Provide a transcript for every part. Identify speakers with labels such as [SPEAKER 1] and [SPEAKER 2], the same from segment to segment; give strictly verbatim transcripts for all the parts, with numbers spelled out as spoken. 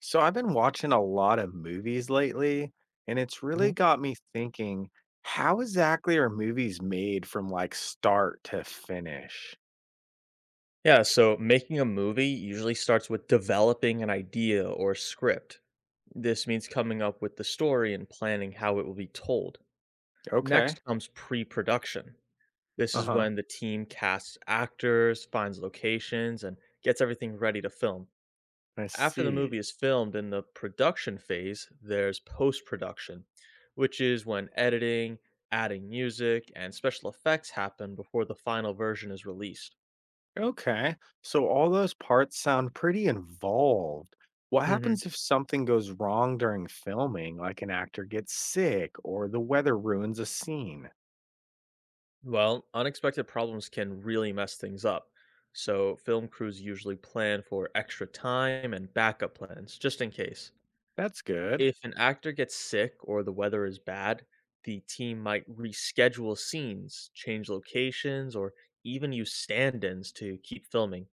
[SPEAKER 1] So I've been watching a lot of movies lately, and it's really
[SPEAKER 2] Mhm.
[SPEAKER 1] got me thinking, how exactly are movies made from like start to finish?
[SPEAKER 2] Yeah, so making a movie usually starts with developing an idea or script. This means coming up with the story and planning how it will be told.
[SPEAKER 1] Okay.
[SPEAKER 2] Next comes pre production. This is
[SPEAKER 1] Uh-huh.
[SPEAKER 2] when the team casts actors, finds locations, and gets everything ready to film.
[SPEAKER 1] I
[SPEAKER 2] After the
[SPEAKER 1] see.
[SPEAKER 2] movie is filmed in the production phase, there's post production, which is when editing, adding music, and special effects happen before the final version is released.
[SPEAKER 1] Okay. So all those parts sound pretty involved. What
[SPEAKER 2] Mhm.
[SPEAKER 1] happens if something goes wrong during filming, like an actor gets sick or the weather ruins a scene?
[SPEAKER 2] Well, unexpected problems can really mess things up. So, film crews usually plan for extra time and backup plans just in case.
[SPEAKER 1] That's good.
[SPEAKER 2] If an actor gets sick or the weather is bad, the team might reschedule scenes, change locations, or even use stand ins to keep filming.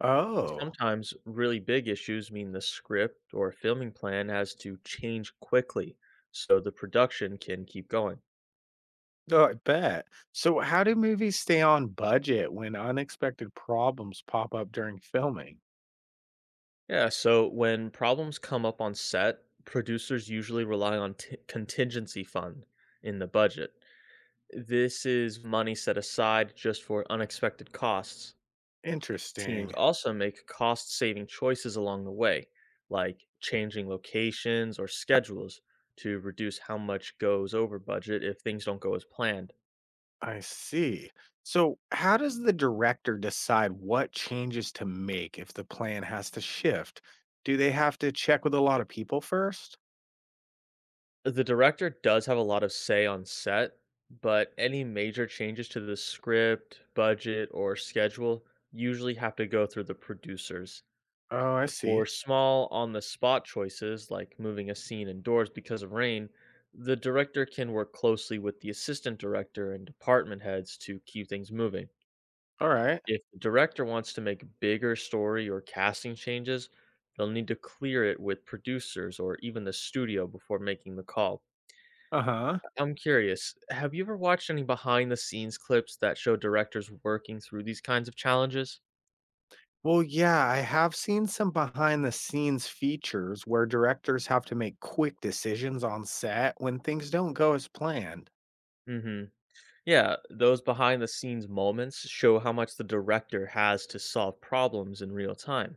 [SPEAKER 1] Oh,
[SPEAKER 2] Sometimes really big issues mean the script or filming plan has to change quickly so the production can keep going.
[SPEAKER 1] Oh, I bet. So, how do movies stay on budget when unexpected problems pop up during filming?
[SPEAKER 2] Yeah, so when problems come up on set, producers usually rely on t- contingency fund in the budget. This is money set aside just for unexpected costs. Teams
[SPEAKER 1] Interesting.
[SPEAKER 2] also make cost-saving choices along the way, like changing locations or schedules to reduce how much goes over budget if things don't go as planned.
[SPEAKER 1] I see. So, how does the director decide what changes to make if the plan has to shift? Do they have to check with a lot of people first?
[SPEAKER 2] The director does have a lot of say on set, but any major changes to the script, budget, or schedule usually have to go through the producers.
[SPEAKER 1] Oh, I see.
[SPEAKER 2] For small on the spot choices, like moving a scene indoors because of rain, the director can work closely with the assistant director and department heads to keep things moving.
[SPEAKER 1] All right.
[SPEAKER 2] If the director wants to make bigger story or casting changes, they'll need to clear it with producers or even the studio before making the call.
[SPEAKER 1] Uh huh.
[SPEAKER 2] I'm curious, have you ever watched any behind the scenes clips that show directors working through these kinds of challenges?
[SPEAKER 1] Well, yeah, I have seen some behind the scenes features where directors have to make quick decisions on set when things don't go as planned.
[SPEAKER 2] Mhm. Yeah, those behind the scenes moments show how much the director has to solve problems in real time.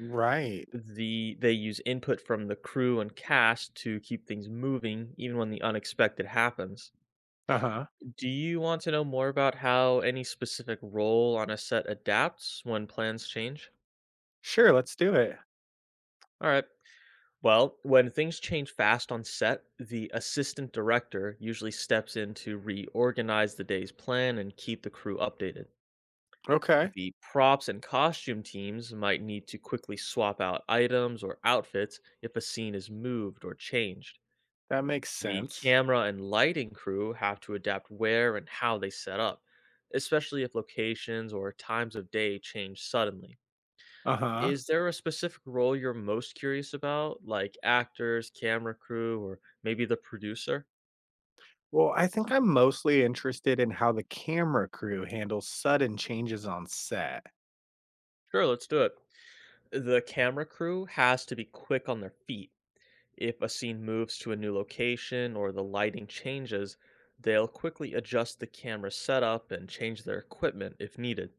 [SPEAKER 1] Right.
[SPEAKER 2] The they use input from the crew and cast to keep things moving even when the unexpected happens.
[SPEAKER 1] Uh-huh.
[SPEAKER 2] Do you want to know more about how any specific role on a set adapts when plans change?
[SPEAKER 1] Sure, let's do it.
[SPEAKER 2] All right. Well, when things change fast on set, the assistant director usually steps in to reorganize the day's plan and keep the crew updated.
[SPEAKER 1] Okay,
[SPEAKER 2] The props and costume teams might need to quickly swap out items or outfits if a scene is moved or changed.
[SPEAKER 1] that makes
[SPEAKER 2] The
[SPEAKER 1] sense.
[SPEAKER 2] camera and lighting crew have to adapt where and how they set up, especially if locations or times of day change suddenly.
[SPEAKER 1] Uh-huh.
[SPEAKER 2] Is there a specific role you're most curious about, like actors, camera crew, or maybe the producer?
[SPEAKER 1] Well, I think I'm mostly interested in how the camera crew handles sudden changes on set.
[SPEAKER 2] Sure, let's do it. The camera crew has to be quick on their feet. If a scene moves to a new location or the lighting changes, they'll quickly adjust the camera setup and change their equipment if needed.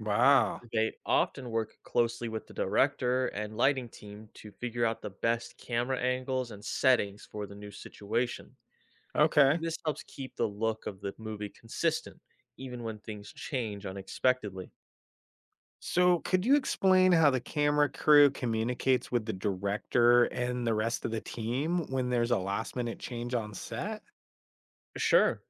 [SPEAKER 1] Wow.
[SPEAKER 2] They often work closely with the director and lighting team to figure out the best camera angles and settings for the new situation.
[SPEAKER 1] Okay.
[SPEAKER 2] This helps keep the look of the movie consistent, even when things change unexpectedly.
[SPEAKER 1] So, could you explain how the camera crew communicates with the director and the rest of the team when there's a last minute change on set?
[SPEAKER 2] Sure.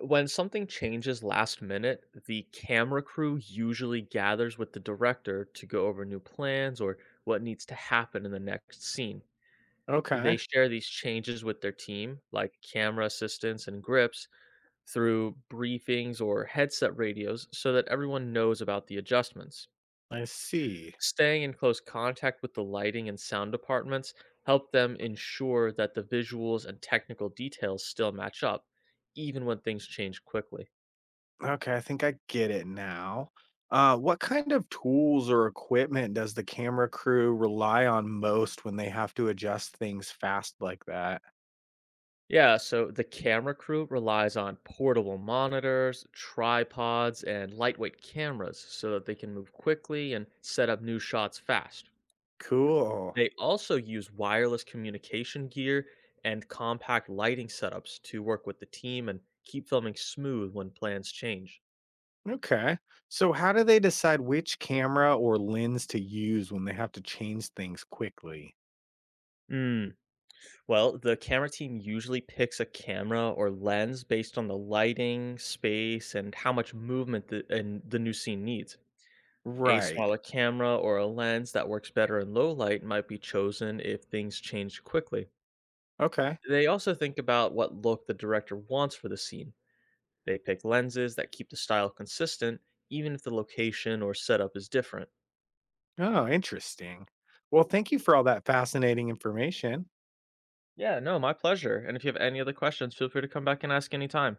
[SPEAKER 2] When something changes last minute, the camera crew usually gathers with the director to go over new plans or what needs to happen in the next scene.
[SPEAKER 1] Okay.
[SPEAKER 2] They share these changes with their team, like camera assistants and grips, through briefings or headset radios so that everyone knows about the adjustments.
[SPEAKER 1] I see.
[SPEAKER 2] Staying in close contact with the lighting and sound departments help them ensure that the visuals and technical details still match up, even when things change quickly.
[SPEAKER 1] Okay, I think I get it now. Uh, what kind of tools or equipment does the camera crew rely on most when they have to adjust things fast like that?
[SPEAKER 2] Yeah, so the camera crew relies on portable monitors, tripods, and lightweight cameras so that they can move quickly and set up new shots fast.
[SPEAKER 1] Cool.
[SPEAKER 2] They also use wireless communication gear and compact lighting setups to work with the team and keep filming smooth when plans change.
[SPEAKER 1] Okay. So, how do they decide which camera or lens to use when they have to change things quickly?
[SPEAKER 2] Mm. Well, the camera team usually picks a camera or lens based on the lighting, space, and how much movement the, and the new scene needs. A
[SPEAKER 1] Right.
[SPEAKER 2] smaller camera or a lens that works better in low light might be chosen if things change quickly.
[SPEAKER 1] Okay.
[SPEAKER 2] They also think about what look the director wants for the scene. They pick lenses that keep the style consistent, even if the location or setup is different.
[SPEAKER 1] Oh, interesting. Well, thank you for all that fascinating information.
[SPEAKER 2] Yeah, no, my pleasure. And if you have any other questions, feel free to come back and ask anytime.